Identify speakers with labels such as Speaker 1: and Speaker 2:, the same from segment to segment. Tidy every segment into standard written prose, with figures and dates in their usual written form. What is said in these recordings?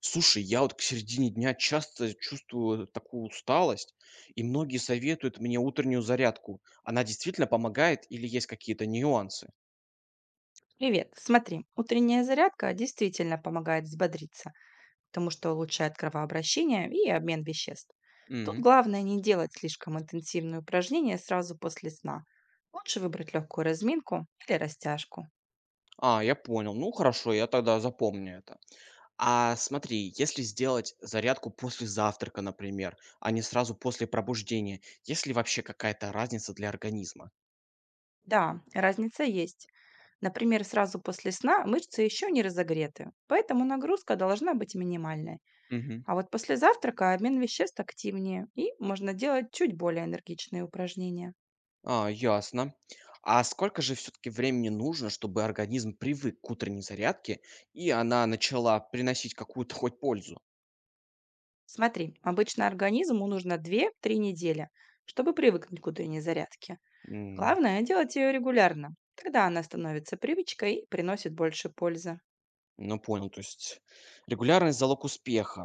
Speaker 1: Слушай, я вот к середине дня часто чувствую такую усталость, и многие советуют мне утреннюю зарядку. Она действительно помогает или есть какие-то нюансы?
Speaker 2: Привет. Смотри, утренняя зарядка действительно помогает взбодриться, потому что улучшает кровообращение и обмен веществ. Тут
Speaker 1: Мгм.
Speaker 2: главное не делать слишком интенсивные упражнения сразу после сна. Лучше выбрать легкую разминку или растяжку.
Speaker 1: А, я понял. Ну хорошо, я тогда запомню это. А смотри, если сделать зарядку после завтрака, например, а не сразу после пробуждения, есть ли вообще какая-то разница для организма?
Speaker 2: Да, разница есть. Например, сразу после сна мышцы еще не разогреты, поэтому нагрузка должна быть минимальной.
Speaker 1: Мгм.
Speaker 2: А вот после завтрака обмен веществ активнее, и можно делать чуть более энергичные упражнения.
Speaker 1: А, ясно. А сколько же все-таки времени нужно, чтобы организм привык к утренней зарядке, и она начала приносить какую-то хоть пользу?
Speaker 2: Смотри, обычно организму нужно две-три недели, чтобы привыкнуть к утренней зарядке.
Speaker 1: М.
Speaker 2: Главное – делать ее регулярно. Тогда она становится привычкой и приносит больше пользы.
Speaker 1: Ну, понял, то есть регулярность– залог успеха.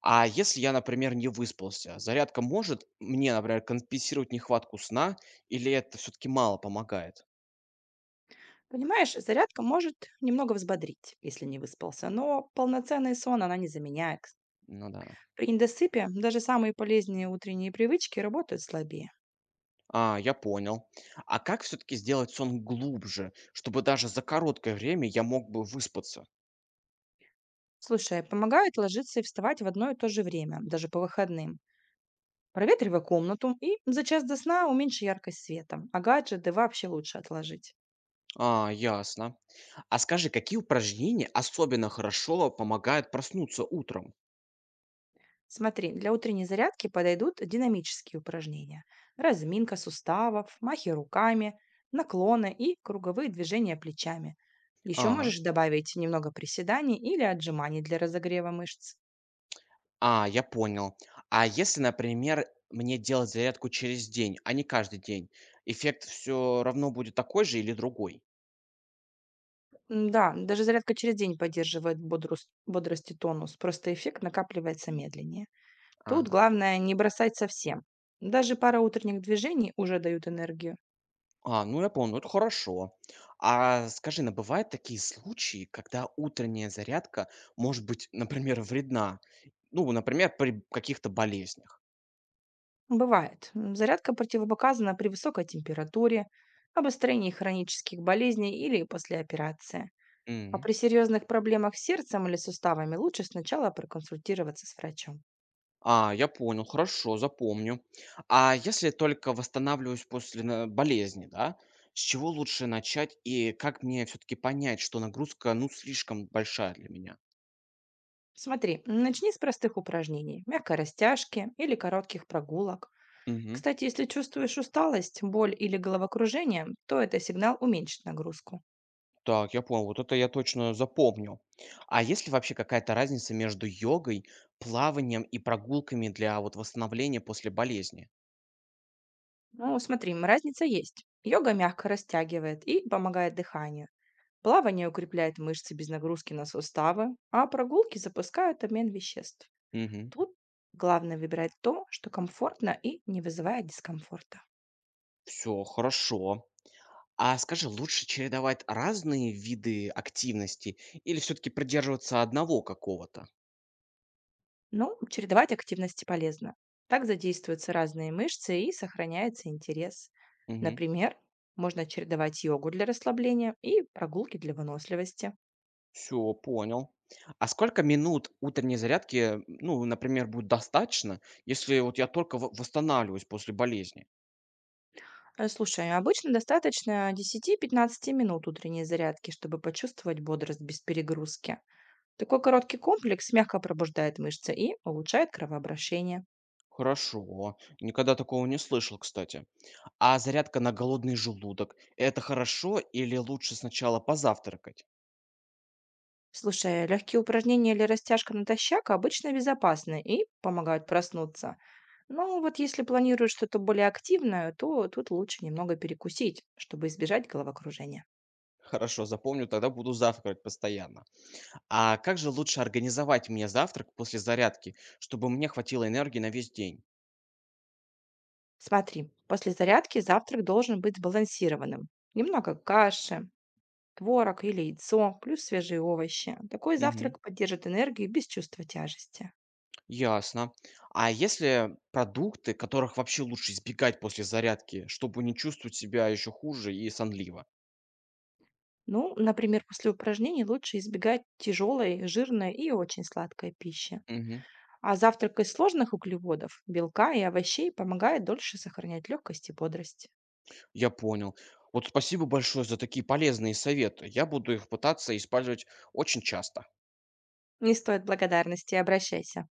Speaker 1: А если я, например, не выспался, зарядка может мне, например, компенсировать нехватку сна, или это все-таки мало помогает?
Speaker 2: Понимаешь, зарядка может немного взбодрить, если не выспался, но полноценный сон она не заменяет.
Speaker 1: Ну да.
Speaker 2: При недосыпе даже самые полезные утренние привычки работают слабее.
Speaker 1: А, я понял. А как все-таки сделать сон глубже, чтобы даже за короткое время я мог бы выспаться?
Speaker 2: Слушай, а помогает ложиться и вставать в одно и то же время, даже по выходным. Проветривай комнату и за час до сна уменьши яркость света, а гаджеты вообще лучше отложить.
Speaker 1: А, ясно. А скажи, какие упражнения особенно хорошо помогают проснуться утром?
Speaker 2: Смотри, для утренней зарядки подойдут динамические упражнения. Разминка суставов, махи руками, наклоны и круговые движения плечами. Еще
Speaker 1: А.
Speaker 2: можешь добавить немного приседаний или отжиманий для разогрева мышц.
Speaker 1: А, я понял. А если, например, мне делать зарядку через день, а не каждый день, эффект все равно будет такой же или другой?
Speaker 2: Да, даже зарядка через день поддерживает бодрость и тонус, просто эффект накапливается медленнее. Тут
Speaker 1: Ага.
Speaker 2: главное не бросать совсем. Даже пара утренних движений уже дают энергию.
Speaker 1: А, ну я понял, это хорошо. А скажи, ну бывают такие случаи, когда утренняя зарядка может быть, например, вредна? Ну, например, при каких-то болезнях.
Speaker 2: Бывает. Зарядка противопоказана при высокой температуре, обострении хронических болезней или после операции. А
Speaker 1: Мгм.
Speaker 2: при серьезных проблемах с сердцем или суставами лучше сначала проконсультироваться с врачом.
Speaker 1: А, я понял, хорошо, запомню. А если только восстанавливаюсь после на- болезни, да, с чего лучше начать и как мне все-таки понять, что нагрузка, ну, слишком большая для меня?
Speaker 2: Смотри, начни с простых упражнений, мягкой растяжки или коротких прогулок.
Speaker 1: Мгм.
Speaker 2: Кстати, если чувствуешь усталость, боль или головокружение, то это сигнал уменьшить нагрузку.
Speaker 1: Так, я понял, вот это я точно запомнил. А есть ли вообще какая-то разница между йогой, плаванием и прогулками для вот восстановления после болезни?
Speaker 2: Ну, смотри, разница есть. Йога мягко растягивает и помогает дыханию. Плавание укрепляет мышцы без нагрузки на суставы, а прогулки запускают обмен веществ.
Speaker 1: Мгм.
Speaker 2: Тут главное выбирать то, что комфортно и не вызывает дискомфорта.
Speaker 1: Все, хорошо. А скажи, лучше чередовать разные виды активности или все-таки придерживаться одного какого-то?
Speaker 2: Ну, чередовать активности полезно. Так задействуются разные мышцы и сохраняется интерес.
Speaker 1: Мгм.
Speaker 2: Например, можно чередовать йогу для расслабления и прогулки для выносливости.
Speaker 1: Все понял. А сколько минут утренней зарядки, ну, например, будет достаточно, если вот я только во восстанавливаюсь после болезни?
Speaker 2: Слушай, а обычно достаточно 10-15 минут утренней зарядки, чтобы почувствовать бодрость без перегрузки. Такой короткий комплекс мягко пробуждает мышцы и улучшает кровообращение.
Speaker 1: Хорошо. Никогда такого не слышал, кстати. А зарядка на голодный желудок– это хорошо или лучше сначала позавтракать?
Speaker 2: Слушай, легкие упражнения или растяжка натощак обычно безопасны и помогают проснуться. Но вот если планируешь что-то более активное, то тут лучше немного перекусить, чтобы избежать головокружения.
Speaker 1: Хорошо, запомню, тогда буду завтракать постоянно. А как же лучше организовать мне завтрак после зарядки, чтобы мне хватило энергии на весь день?
Speaker 2: Смотри, после зарядки завтрак должен быть сбалансированным. Немного каши, творог или яйцо, плюс свежие овощи. Такой
Speaker 1: Мгм.
Speaker 2: завтрак поддержит энергию без чувства тяжести.
Speaker 1: Ясно. А если продукты, которых вообще лучше избегать после зарядки, чтобы не чувствовать себя еще хуже и сонливо?
Speaker 2: Ну, например, после упражнений лучше избегать тяжелой, жирной и очень сладкой пищи.
Speaker 1: Мгм.
Speaker 2: А завтрак из сложных углеводов, белка и овощей помогает дольше сохранять легкость и бодрость.
Speaker 1: Я понял. Вот спасибо большое за такие полезные советы. Я буду их пытаться использовать очень часто.
Speaker 2: Не стоит благодарности, обращайся.